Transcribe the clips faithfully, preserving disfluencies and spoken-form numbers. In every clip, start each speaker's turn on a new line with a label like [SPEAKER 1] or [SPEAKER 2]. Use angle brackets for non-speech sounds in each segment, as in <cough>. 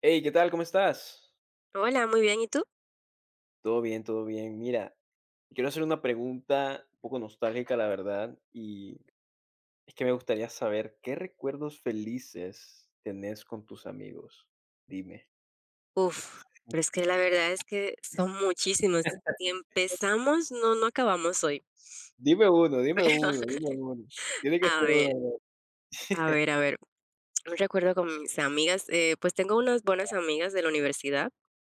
[SPEAKER 1] Hey, ¿qué tal? ¿Cómo estás?
[SPEAKER 2] Hola, muy bien, ¿y tú?
[SPEAKER 1] Todo bien, todo bien. Mira, quiero hacer una pregunta un poco nostálgica, la verdad, y es que me gustaría saber qué recuerdos felices tenés con tus amigos. Dime.
[SPEAKER 2] Uf, pero es que la verdad es que son muchísimos. Si empezamos, no, no acabamos hoy.
[SPEAKER 1] Dime uno, dime uno,
[SPEAKER 2] <laughs>
[SPEAKER 1] dime uno. Tiene que
[SPEAKER 2] A
[SPEAKER 1] ser uno.
[SPEAKER 2] ver,
[SPEAKER 1] ¿No?
[SPEAKER 2] a ver,
[SPEAKER 1] <laughs>
[SPEAKER 2] a ver. Un recuerdo con mis amigas, eh, pues tengo unas buenas amigas de la universidad.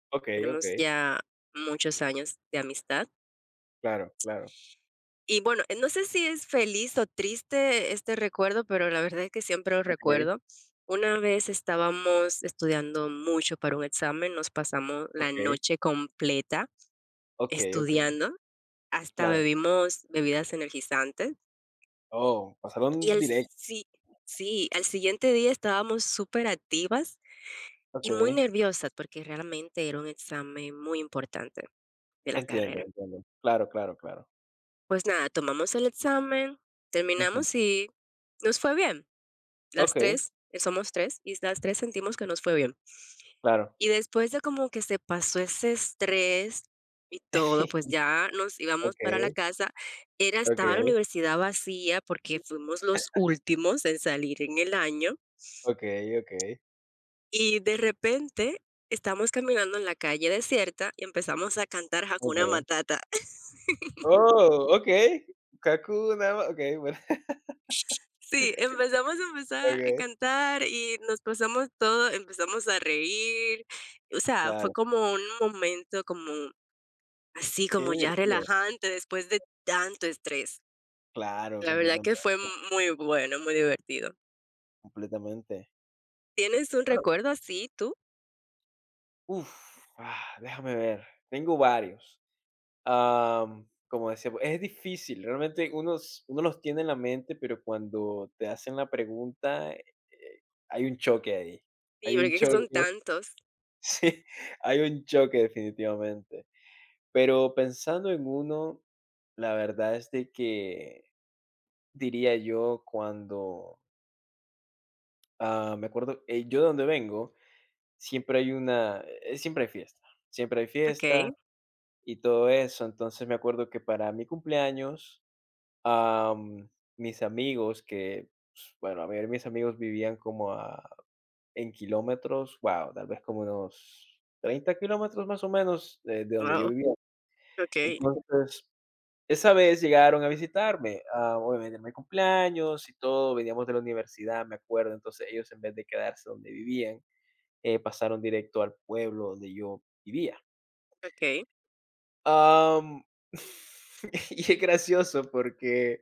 [SPEAKER 1] Ok, ok.
[SPEAKER 2] Tenemos ya muchos años de amistad.
[SPEAKER 1] Claro, claro.
[SPEAKER 2] Y bueno, eh, no sé si es feliz o triste este recuerdo, pero la verdad es que siempre lo
[SPEAKER 1] Ok,
[SPEAKER 2] recuerdo. Una vez estábamos estudiando mucho para un examen, nos pasamos la
[SPEAKER 1] ok,
[SPEAKER 2] noche completa
[SPEAKER 1] ok, ok.
[SPEAKER 2] estudiando. Hasta
[SPEAKER 1] Claro.
[SPEAKER 2] bebimos bebidas energizantes
[SPEAKER 1] Oh, pasaron
[SPEAKER 2] y el
[SPEAKER 1] directo.
[SPEAKER 2] sí sí, al siguiente día estábamos súper activas
[SPEAKER 1] Ok.
[SPEAKER 2] y muy nerviosas, porque realmente era un examen muy importante de la
[SPEAKER 1] Entiendo,
[SPEAKER 2] carrera.
[SPEAKER 1] entiendo. Claro, claro, claro.
[SPEAKER 2] Pues nada, tomamos el examen,
[SPEAKER 1] Ujú.
[SPEAKER 2] terminamos y nos fue bien.
[SPEAKER 1] Ok,
[SPEAKER 2] Las tres eh, somos tres y las tres sentimos que nos fue bien.
[SPEAKER 1] claro.
[SPEAKER 2] Y después de como que se pasó ese estrés y todo, pues
[SPEAKER 1] <laughs>
[SPEAKER 2] ya nos íbamos
[SPEAKER 1] Ok,
[SPEAKER 2] para la casa. Era estaba la
[SPEAKER 1] ok.
[SPEAKER 2] universidad vacía porque fuimos los últimos en salir en el año,
[SPEAKER 1] Okey, okey,
[SPEAKER 2] y de repente estamos caminando en la calle desierta y empezamos a cantar Hakuna
[SPEAKER 1] okey.
[SPEAKER 2] Matata. <laughs>
[SPEAKER 1] Oh, okey. Kakuna, okey, bueno,
[SPEAKER 2] Sí, empezamos a
[SPEAKER 1] <laughs>
[SPEAKER 2] empezar a
[SPEAKER 1] okey,
[SPEAKER 2] cantar y nos pasamos todo, empezamos a reír. O sea, fue
[SPEAKER 1] claro,
[SPEAKER 2] como un momento como así
[SPEAKER 1] qué
[SPEAKER 2] como ya
[SPEAKER 1] divertido.
[SPEAKER 2] relajante después de tanto estrés.
[SPEAKER 1] Claro,
[SPEAKER 2] La verdad
[SPEAKER 1] completamente,
[SPEAKER 2] que fue muy bueno, muy divertido.
[SPEAKER 1] completamente.
[SPEAKER 2] ¿Tienes un
[SPEAKER 1] Bueno,
[SPEAKER 2] recuerdo así tú?
[SPEAKER 1] uff, déjame ver, tengo varios. Am, como decía, pues, es difícil, realmente unos uno los tiene en la mente, pero cuando te hacen la pregunta, eh, eh, hay un choque ahí,
[SPEAKER 2] Sí,
[SPEAKER 1] hay un
[SPEAKER 2] porque que
[SPEAKER 1] choque,
[SPEAKER 2] son tantos.
[SPEAKER 1] <laughs> sí, hay un choque definitivamente. Pero pensando en uno, la verdad es de que diría yo cuando, ah, me acuerdo, eh, yo de donde vengo, siempre hay una, eh, siempre hay fiesta, siempre hay fiesta
[SPEAKER 2] Okey,
[SPEAKER 1] y todo eso. Entonces me acuerdo que para mi cumpleaños, am, mis amigos, que, pues, bueno, a mayoría mis amigos vivían como a, en kilómetros, wow, tal vez como unos treinta kilómetros más o menos de, de donde
[SPEAKER 2] wow,
[SPEAKER 1] yo vivía.
[SPEAKER 2] okey,
[SPEAKER 1] Entonces, Esa vez llegaron a visitarme, ah, obviamente en mi cumpleaños y todo, veníamos de la universidad, me acuerdo, entonces ellos en vez de quedarse donde vivían, eh, pasaron directo al pueblo donde yo vivía.
[SPEAKER 2] okey,
[SPEAKER 1] Am, <laughs> y es gracioso porque,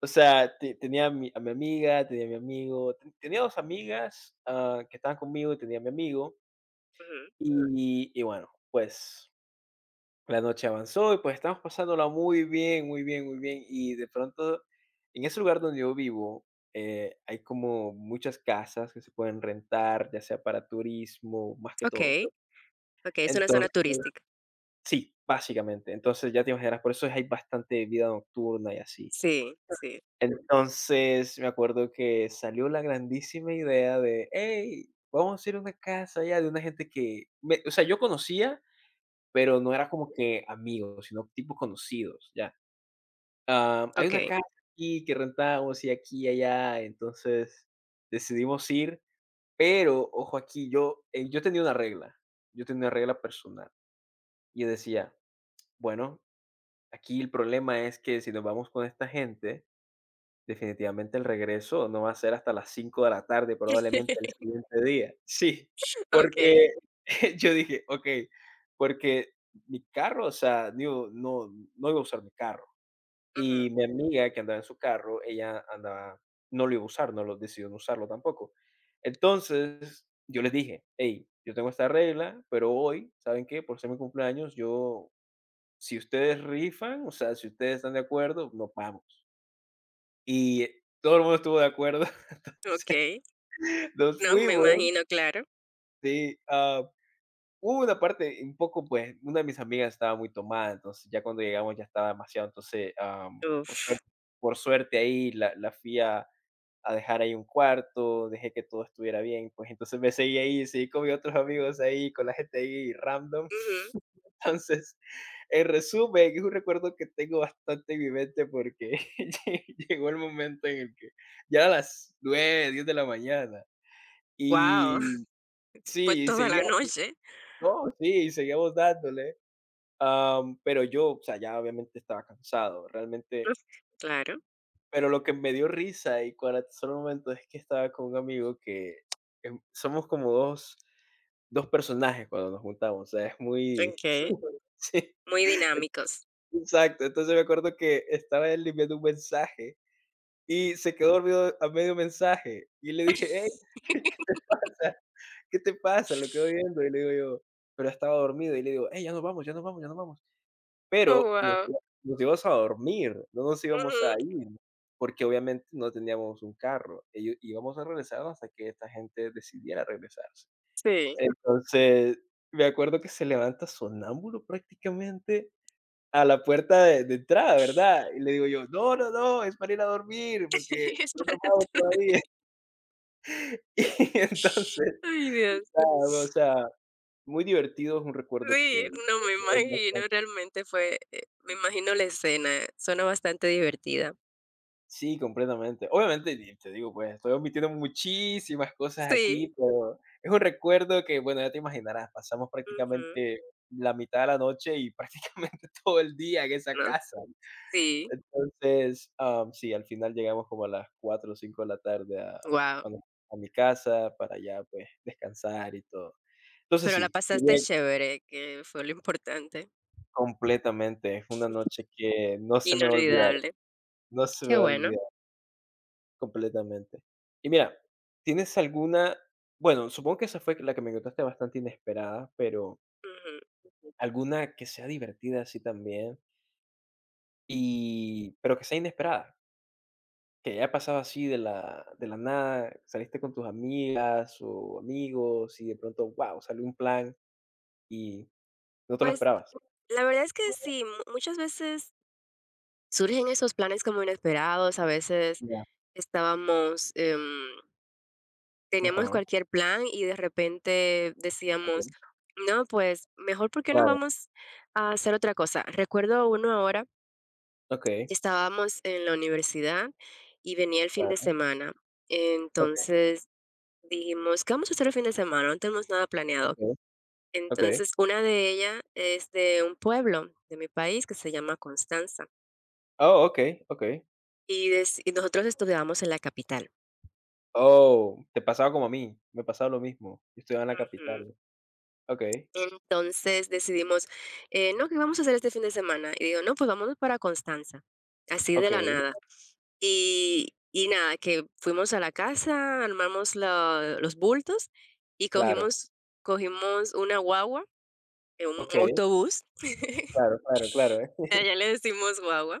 [SPEAKER 1] o sea, te- tenía a mi, a mi amiga, tenía a mi amigo, ten- tenía dos amigas ah, que estaban conmigo y tenía a mi amigo,
[SPEAKER 2] ujú,
[SPEAKER 1] y, y bueno, pues La noche avanzó y pues estamos pasándola muy bien, muy bien, muy bien. Y de pronto, en ese lugar donde yo vivo, eh, hay como muchas casas que se pueden rentar, ya sea para turismo, más que todo,
[SPEAKER 2] okey,
[SPEAKER 1] pues.
[SPEAKER 2] okey, es una zona
[SPEAKER 1] Entonces,
[SPEAKER 2] turística.
[SPEAKER 1] sí, básicamente. Entonces ya te imaginas, por eso hay bastante vida nocturna y así.
[SPEAKER 2] Sí, sí,
[SPEAKER 1] Entonces me acuerdo que salió la grandísima idea de, hey, vamos a ir a una casa allá de una gente que, me- o sea, yo conocía, pero no era como que amigos, sino tipo conocidos, ya. Am, hay una
[SPEAKER 2] okey,
[SPEAKER 1] casa aquí que rentamos y aquí y allá, entonces decidimos ir, pero ojo aquí, yo, eh, yo tenía una regla, yo tenía una regla personal y yo decía, bueno, aquí el problema es que si nos vamos con esta gente, definitivamente el regreso no va a ser hasta las cinco de la tarde, probablemente el siguiente día. Sí,
[SPEAKER 2] okey,
[SPEAKER 1] porque
[SPEAKER 2] <laughs>
[SPEAKER 1] <laughs> yo dije, okey, porque mi carro, o sea, digo, no no iba a usar mi carro.
[SPEAKER 2] ujú,
[SPEAKER 1] Y mi amiga que andaba en su carro, ella andaba no lo iba a usar, no lo decidió no usarlo tampoco. Entonces, yo les dije: "Hey, yo tengo esta regla, pero hoy, ¿saben qué? Por ser mi cumpleaños, yo si ustedes rifan, o sea, si ustedes están de acuerdo, nos vamos". Y todo el mundo estuvo de acuerdo. <laughs> Sí,
[SPEAKER 2] okey.
[SPEAKER 1] nos
[SPEAKER 2] No, me
[SPEAKER 1] fuimos.
[SPEAKER 2] imagino, claro.
[SPEAKER 1] Sí, ah, hubo una parte un poco, pues, una de mis amigas estaba muy tomada, entonces, ya cuando llegamos ya estaba demasiado. Entonces, am, por
[SPEAKER 2] Uf,
[SPEAKER 1] suerte por suerte ahí la la fui a a dejar ahí un cuarto, dejé que todo estuviera bien, pues entonces me seguí ahí, seguí con mis otros amigos ahí, con la gente ahí random.
[SPEAKER 2] ujú,
[SPEAKER 1] <laughs> Entonces, en resumen, es un recuerdo que tengo bastante en mi mente porque <laughs> lle llegó el momento en el que ya eran las nueve diez de la mañana
[SPEAKER 2] guau,
[SPEAKER 1] y
[SPEAKER 2] <laughs> fue
[SPEAKER 1] sí, y
[SPEAKER 2] toda
[SPEAKER 1] seguía
[SPEAKER 2] la noche.
[SPEAKER 1] no, sí, y seguíamos dándole, am, pero yo, o sea, ya obviamente estaba cansado,
[SPEAKER 2] <laughs>
[SPEAKER 1] realmente.
[SPEAKER 2] Uf, claro,
[SPEAKER 1] Pero lo que me dio risa y para solo un momento es que estaba con un amigo que em, somos como dos dos personajes cuando nos juntamos, o sea, es muy
[SPEAKER 2] okey,
[SPEAKER 1] <laughs> sí,
[SPEAKER 2] muy dinámicos.
[SPEAKER 1] exacto. Entonces me acuerdo que estaba él enviando un mensaje y se quedó dormido a medio mensaje y le dije: "Hey,
[SPEAKER 2] <laughs>
[SPEAKER 1] <laughs> ¿qué pasa? ¿Qué te pasa?". Lo quedo viendo y le digo yo: "Pero estaba dormido", y le digo: "Hey, ya nos vamos, ya nos vamos, ya nos vamos".
[SPEAKER 2] Oh,
[SPEAKER 1] Pero nos
[SPEAKER 2] wow,
[SPEAKER 1] iba nos íbamos a dormir, no nos íbamos
[SPEAKER 2] ujú,
[SPEAKER 1] a ir, porque obviamente no teníamos un carro. Ellos íbamos a regresar hasta que esta gente decidiera regresarse.
[SPEAKER 2] sí.
[SPEAKER 1] Entonces, me acuerdo que se levanta sonámbulo prácticamente a la puerta de de entrada, ¿verdad? Y le digo yo: "No, no, no, es para ir a dormir, porque
[SPEAKER 2] <laughs> Es
[SPEAKER 1] no nos
[SPEAKER 2] para...
[SPEAKER 1] vamos todavía". <laughs> Y entonces,
[SPEAKER 2] Ay, Dios.
[SPEAKER 1] nada, o sea, muy divertido, es un recuerdo
[SPEAKER 2] Sí,
[SPEAKER 1] que
[SPEAKER 2] no me imagino, realmente fue, eh, me imagino la escena, suena bastante divertida.
[SPEAKER 1] Sí, completamente. Obviamente, y te digo, pues, estoy omitiendo muchísimas cosas aquí,
[SPEAKER 2] Sí,
[SPEAKER 1] <laughs> pero es un recuerdo que, bueno, ya te imaginarás, pasamos
[SPEAKER 2] ujú,
[SPEAKER 1] prácticamente la mitad de la noche y <laughs> prácticamente todo el día en esa
[SPEAKER 2] no,
[SPEAKER 1] casa.
[SPEAKER 2] sí,
[SPEAKER 1] Entonces, am, sí, al final llegamos como a las cuatro o cinco de la tarde a,
[SPEAKER 2] guau,
[SPEAKER 1] a nu- a mi casa para ya, pues, descansar y todo. Entonces,
[SPEAKER 2] pero la
[SPEAKER 1] sí,
[SPEAKER 2] pasaste
[SPEAKER 1] diría que
[SPEAKER 2] chévere, que fue lo importante,
[SPEAKER 1] completamente, es una noche que no se me va a olvidar,
[SPEAKER 2] inolvidable.
[SPEAKER 1] no se me
[SPEAKER 2] Qué
[SPEAKER 1] va a
[SPEAKER 2] bueno.
[SPEAKER 1] olvidar. Completamente. Y mira, ¿tienes alguna? Bueno, supongo que esa fue la que me contaste bastante inesperada, pero
[SPEAKER 2] Ujú.
[SPEAKER 1] alguna que sea divertida así también, y pero que sea inesperada, que haya pasado así de la de la nada, saliste con tus amigas o amigos y de pronto, wow salió un plan y no te lo
[SPEAKER 2] Pues,
[SPEAKER 1] esperabas.
[SPEAKER 2] la verdad es que sí, mu muchas veces surgen esos planes como inesperados, a veces
[SPEAKER 1] Ya.
[SPEAKER 2] estábamos, em teníamos
[SPEAKER 1] Ajá,
[SPEAKER 2] cualquier plan y de repente decíamos:
[SPEAKER 1] okey,
[SPEAKER 2] "No, pues mejor, porque qué no
[SPEAKER 1] claro,
[SPEAKER 2] vamos a hacer otra cosa?". Recuerdo uno ahora,
[SPEAKER 1] okey,
[SPEAKER 2] estábamos en la universidad y venía el fin de
[SPEAKER 1] claro,
[SPEAKER 2] semana.
[SPEAKER 1] okey,
[SPEAKER 2] Entonces dijimos: "¿Qué vamos a hacer el fin de semana? No tenemos nada planeado".
[SPEAKER 1] okey, okey.
[SPEAKER 2] Entonces, una de ellas es de un pueblo de mi país que se llama Constanza,
[SPEAKER 1] Oh, okey, okey.
[SPEAKER 2] y deci y nosotros estudiábamos en la capital.
[SPEAKER 1] Oh, te pasaba como a mí, me pasaba lo mismo. Yo estudiaba en la
[SPEAKER 2] Ujú.
[SPEAKER 1] capital. Okey,
[SPEAKER 2] Entonces decidimos, eh, no, ¿qué vamos a hacer este fin de semana? Y digo, no, pues vámonos para Constanza, así de la
[SPEAKER 1] okey,
[SPEAKER 2] nada. Y, y nada, que fuimos a la casa, armamos la- los bultos y
[SPEAKER 1] claro,
[SPEAKER 2] cogimos, cogimos una guagua, eh, un
[SPEAKER 1] okey,
[SPEAKER 2] autobús, <laughs>
[SPEAKER 1] claro, claro, claro,
[SPEAKER 2] allá le decimos guagua.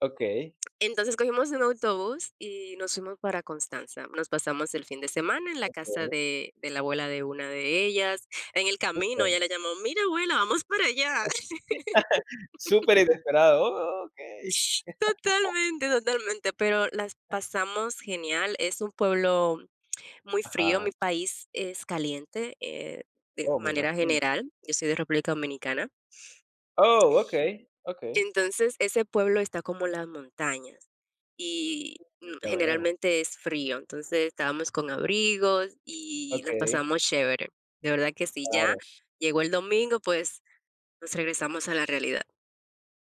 [SPEAKER 1] okey,
[SPEAKER 2] Entonces cogimos un autobús y nos fuimos para Constanza. Nos pasamos el fin de semana en la casa
[SPEAKER 1] okey,
[SPEAKER 2] de, de la abuela de una de ellas. En el camino
[SPEAKER 1] súper,
[SPEAKER 2] ella le llamó, mira abuela, vamos para allá.
[SPEAKER 1] súper inesperado, oh, okey.
[SPEAKER 2] Totalmente, totalmente, pero las pasamos genial. Es un pueblo muy frío,
[SPEAKER 1] Ajá,
[SPEAKER 2] mi país es caliente, eh, de
[SPEAKER 1] oh, me
[SPEAKER 2] manera
[SPEAKER 1] imagino.
[SPEAKER 2] general, yo soy de República Dominicana.
[SPEAKER 1] Oh, okey, okey,
[SPEAKER 2] Entonces, ese pueblo está como en las montañas y, mm,
[SPEAKER 1] ya veo.
[SPEAKER 2] generalmente es frío, entonces estábamos con abrigos y las
[SPEAKER 1] Okey,
[SPEAKER 2] pasamos chévere. De verdad que sí, ya
[SPEAKER 1] claro,
[SPEAKER 2] llegó el domingo, pues nos regresamos a la realidad.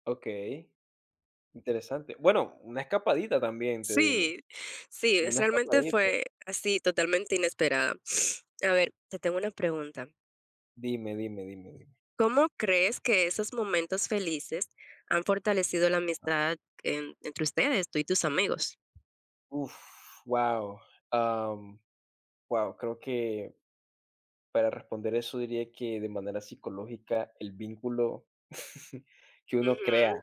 [SPEAKER 1] okey, interesante. Bueno, una escapadita también, te digo,
[SPEAKER 2] Sí, sí, es
[SPEAKER 1] una
[SPEAKER 2] realmente
[SPEAKER 1] escapadita.
[SPEAKER 2] fue así, totalmente inesperada. <sniffs> A ver, te tengo una pregunta.
[SPEAKER 1] Dime, dime, dime, dime.
[SPEAKER 2] ¿Cómo crees que esos momentos felices han fortalecido la amistad en- entre ustedes, tú y tus amigos?
[SPEAKER 1] Uf, wow, am, creo que para responder eso diría que de manera psicológica el vínculo <laughs> que uno crea
[SPEAKER 2] Ujú.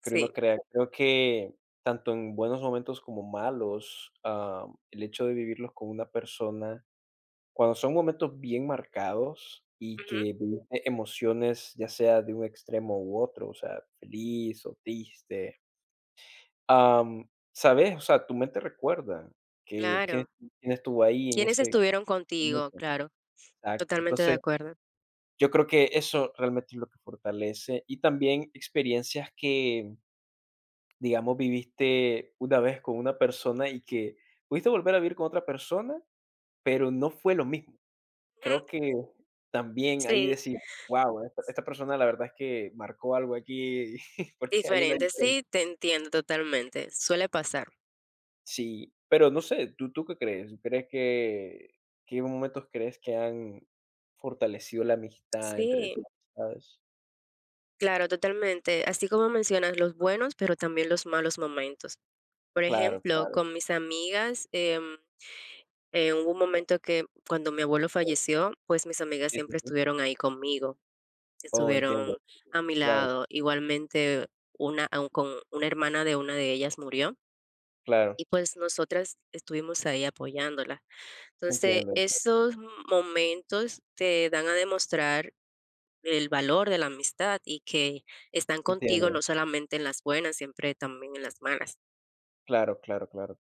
[SPEAKER 1] Creo uno Creo que tanto en buenos momentos como malos, am, el hecho de vivirlos con una persona, cuando son momentos bien marcados y
[SPEAKER 2] ujú,
[SPEAKER 1] que viviste emociones, ya sea de un extremo u otro, o sea, feliz o triste, am, ¿sabes? O sea, tu mente recuerda que quién,
[SPEAKER 2] claro.
[SPEAKER 1] quién estuvo ahí en
[SPEAKER 2] ¿Quiénes
[SPEAKER 1] ese
[SPEAKER 2] estuvieron contigo?
[SPEAKER 1] momento.
[SPEAKER 2] Claro,
[SPEAKER 1] Exacto.
[SPEAKER 2] totalmente de
[SPEAKER 1] Entonces,
[SPEAKER 2] acuerdo.
[SPEAKER 1] yo creo que eso realmente es lo que fortalece y también experiencias que digamos, viviste una vez con una persona y que pudiste volver a vivir con otra persona, pero no fue lo mismo.
[SPEAKER 2] Ujú.
[SPEAKER 1] Creo que también ahí
[SPEAKER 2] Sí,
[SPEAKER 1] decir, wow, esta, esta persona la verdad es que marcó algo aquí, <laughs> porque hay una
[SPEAKER 2] diferente,
[SPEAKER 1] diferencia.
[SPEAKER 2] sí, te entiendo totalmente. Suele pasar.
[SPEAKER 1] Sí, pero no sé, ¿tú, tú qué crees? ¿Crees que, qué momentos crees que han fortalecido la amistad entre
[SPEAKER 2] Sí,
[SPEAKER 1] tus amistades?
[SPEAKER 2] claro, totalmente. Así como mencionas los buenos, pero también los malos momentos. Por
[SPEAKER 1] Claro,
[SPEAKER 2] ejemplo,
[SPEAKER 1] claro,
[SPEAKER 2] con mis amigas, em, eh, hubo un momento que cuando mi abuelo
[SPEAKER 1] claro.
[SPEAKER 2] falleció, pues mis amigas
[SPEAKER 1] Sí, sí,
[SPEAKER 2] siempre
[SPEAKER 1] sí.
[SPEAKER 2] estuvieron ahí conmigo,
[SPEAKER 1] Oh, entiendo.
[SPEAKER 2] estuvieron a mi
[SPEAKER 1] Claro,
[SPEAKER 2] lado. Igualmente, una, aun con una hermana de una de ellas murió,
[SPEAKER 1] claro.
[SPEAKER 2] y pues nosotras estuvimos ahí apoyándola. Entonces,
[SPEAKER 1] Entiendo, entiendo.
[SPEAKER 2] esos momentos te dan a demostrar el valor de la amistad y que están contigo
[SPEAKER 1] Entiendo.
[SPEAKER 2] no solamente en las buenas, siempre también en las malas.
[SPEAKER 1] Claro, claro, claro.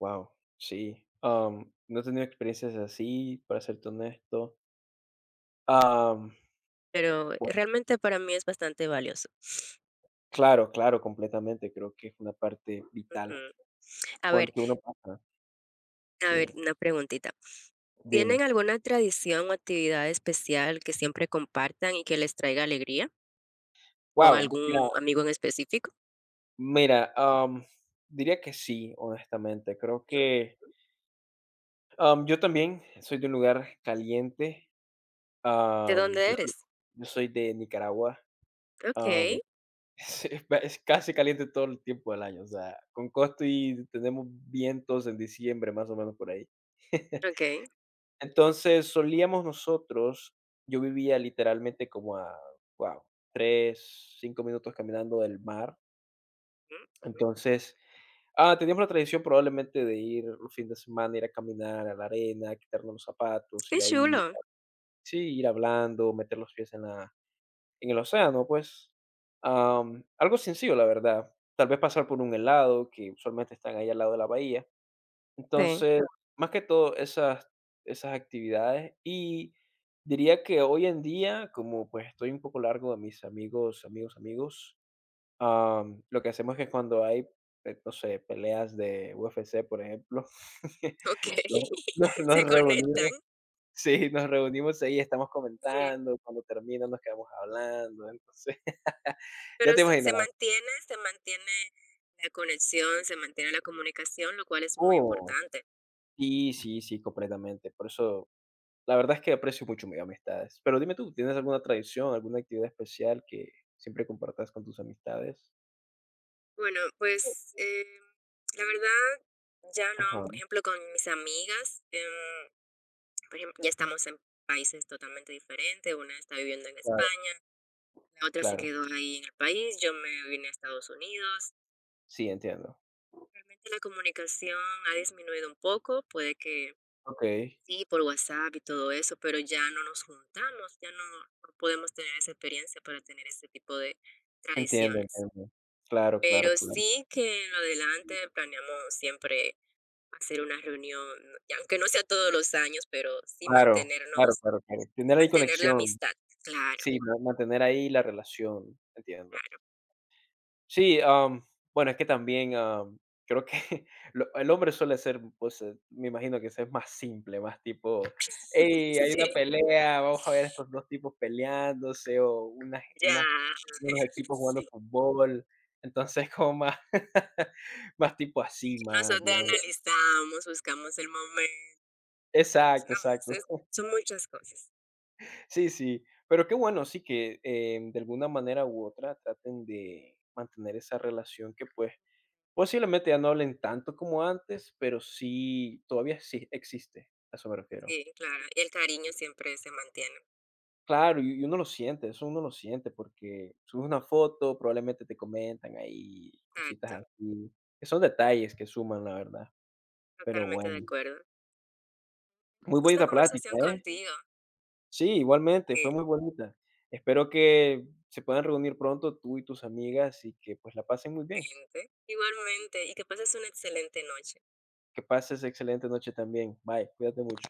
[SPEAKER 1] Wow, sí, am, no he tenido experiencias así, para serte honesto. Am,
[SPEAKER 2] Pero
[SPEAKER 1] bueno,
[SPEAKER 2] realmente para mí es bastante valioso.
[SPEAKER 1] claro, claro, completamente, creo que es una parte vital
[SPEAKER 2] Mm. A ver,
[SPEAKER 1] porque uno pasa
[SPEAKER 2] a ver,
[SPEAKER 1] Sí,
[SPEAKER 2] una preguntita. ¿Tienen
[SPEAKER 1] dime.
[SPEAKER 2] alguna tradición o actividad especial que siempre compartan y que les traiga alegría? ¿Con
[SPEAKER 1] Wow, mira
[SPEAKER 2] algún amigo en específico?
[SPEAKER 1] mira, am, diría que sí, honestamente, creo
[SPEAKER 2] Mm.
[SPEAKER 1] que, am, yo también soy de un lugar caliente,
[SPEAKER 2] ¿De
[SPEAKER 1] am,
[SPEAKER 2] dónde
[SPEAKER 1] yo Claro.
[SPEAKER 2] eres?
[SPEAKER 1] yo soy de Nicaragua.
[SPEAKER 2] Ok,
[SPEAKER 1] Es es ba es casi caliente todo el tiempo del año, o sea, con costo y tenemos vientos en diciembre, más o menos por ahí. <laughs>
[SPEAKER 2] ok.
[SPEAKER 1] Entonces, solíamos nosotros yo vivía literalmente como a, wow, tres cinco minutos caminando del mar.
[SPEAKER 2] Mm.
[SPEAKER 1] Entonces, ah, teníamos la tradición probablemente de ir los fines de semana, ir a caminar a la arena, quitarnos los zapatos,
[SPEAKER 2] Qué
[SPEAKER 1] ir ahí,
[SPEAKER 2] chulo.
[SPEAKER 1] sí, ir hablando, meter los pies en la en el océano, pues, am, algo sencillo, la verdad. Tal vez pasar por un helado, que usualmente están ahí al lado de la bahía.
[SPEAKER 2] Sí.
[SPEAKER 1] Entonces, más que todo esas, esas, actividades. Y diría que hoy en día, como pues estoy un poco largo de mis amigos, amigos, amigos, am, lo que hacemos es que cuando hay, eh, no sé, peleas de U F C, por ejemplo, <laughs>
[SPEAKER 2] Ok.
[SPEAKER 1] nos,
[SPEAKER 2] <laughs>
[SPEAKER 1] nos nos
[SPEAKER 2] Se conectan.
[SPEAKER 1] reunimos. Sí, nos reunimos ahí, estamos
[SPEAKER 2] Ujú.
[SPEAKER 1] comentando, cuando termina nos quedamos hablando, entonces ya
[SPEAKER 2] Pero
[SPEAKER 1] te
[SPEAKER 2] se, se
[SPEAKER 1] imaginarás.
[SPEAKER 2] mantiene, se mantiene la conexión, se mantiene la comunicación, lo cual es muy
[SPEAKER 1] Oh,
[SPEAKER 2] importante.
[SPEAKER 1] sí, sí, sí, completamente. Por eso, la verdad es que aprecio mucho mis amistades. Pero dime tú, ¿tienes alguna tradición, alguna actividad especial que siempre compartas con tus amistades?
[SPEAKER 2] Bueno, pues eh, la verdad, ya
[SPEAKER 1] Ajá,
[SPEAKER 2] no, por ejemplo, con mis amigas. em, Por ejemplo, ya estamos en países totalmente diferentes, una está viviendo en
[SPEAKER 1] claro,
[SPEAKER 2] España, la otra se
[SPEAKER 1] claro.
[SPEAKER 2] quedó ahí en el país, yo me vine a Estados Unidos.
[SPEAKER 1] Sí, entiendo.
[SPEAKER 2] Realmente la comunicación ha disminuido un poco, puede que
[SPEAKER 1] Okey,
[SPEAKER 2] sí, por WhatsApp y todo eso, pero ya no nos juntamos, ya no, no podemos tener esa experiencia para tener ese tipo de
[SPEAKER 1] entiendo,
[SPEAKER 2] tradiciones.
[SPEAKER 1] entiendo. Claro, claro,
[SPEAKER 2] Pero
[SPEAKER 1] claro.
[SPEAKER 2] sí que en lo adelante planeamos siempre hacer una reunión, y aunque no sea todos los años, pero sí
[SPEAKER 1] Claro, claro,
[SPEAKER 2] mantenernos,
[SPEAKER 1] claro, claro.
[SPEAKER 2] sí
[SPEAKER 1] Tener ahí
[SPEAKER 2] mantener la
[SPEAKER 1] conexión.
[SPEAKER 2] amistad, claro,
[SPEAKER 1] Sí, ma mantener ahí la relación, entiendo.
[SPEAKER 2] claro.
[SPEAKER 1] Sí, am, bueno, es que también, am, creo que <laughs> lo el hombre suele ser, pues, eh, me imagino que es más simple, más tipo: "Hey, hay una
[SPEAKER 2] Sí,
[SPEAKER 1] pelea, vamos a ver estos dos tipos peleándose", o unas
[SPEAKER 2] ya.
[SPEAKER 1] unas unos
[SPEAKER 2] <laughs>
[SPEAKER 1] equipos jugando
[SPEAKER 2] Sí.
[SPEAKER 1] fútbol. Entonces, como más <laughs> más tipo así, más,
[SPEAKER 2] Nosotros
[SPEAKER 1] digamos
[SPEAKER 2] analizamos, buscamos el momento,
[SPEAKER 1] exacto,
[SPEAKER 2] no, es
[SPEAKER 1] exacto.
[SPEAKER 2] es
[SPEAKER 1] <laughs>
[SPEAKER 2] son muchas cosas.
[SPEAKER 1] Sí, sí, pero qué bueno, sí que, em, de alguna manera u otra traten de mantener esa relación que, pues, posiblemente ya no hablen tanto como antes, pero sí, todavía sí existe, a eso me refiero.
[SPEAKER 2] Sí, claro, y el cariño siempre se mantiene.
[SPEAKER 1] Claro, y y uno lo siente, eso uno lo siente, porque subes una foto, probablemente te comentan ahí cositas
[SPEAKER 2] Exacto,
[SPEAKER 1] así, que son detalles que suman, la verdad. Pero
[SPEAKER 2] totalmente de
[SPEAKER 1] bueno,
[SPEAKER 2] acuerdo.
[SPEAKER 1] muy
[SPEAKER 2] Esta
[SPEAKER 1] bonita plática,
[SPEAKER 2] conversación
[SPEAKER 1] ¿eh?
[SPEAKER 2] contigo,
[SPEAKER 1] Sí, igualmente, fue muy bonita. Espero que se puedan reunir pronto tú y tus amigas y que, pues, la pasen muy bien.
[SPEAKER 2] igualmente, igualmente, y que pases una excelente noche.
[SPEAKER 1] Que pases excelente noche también. Bye, cuídate mucho.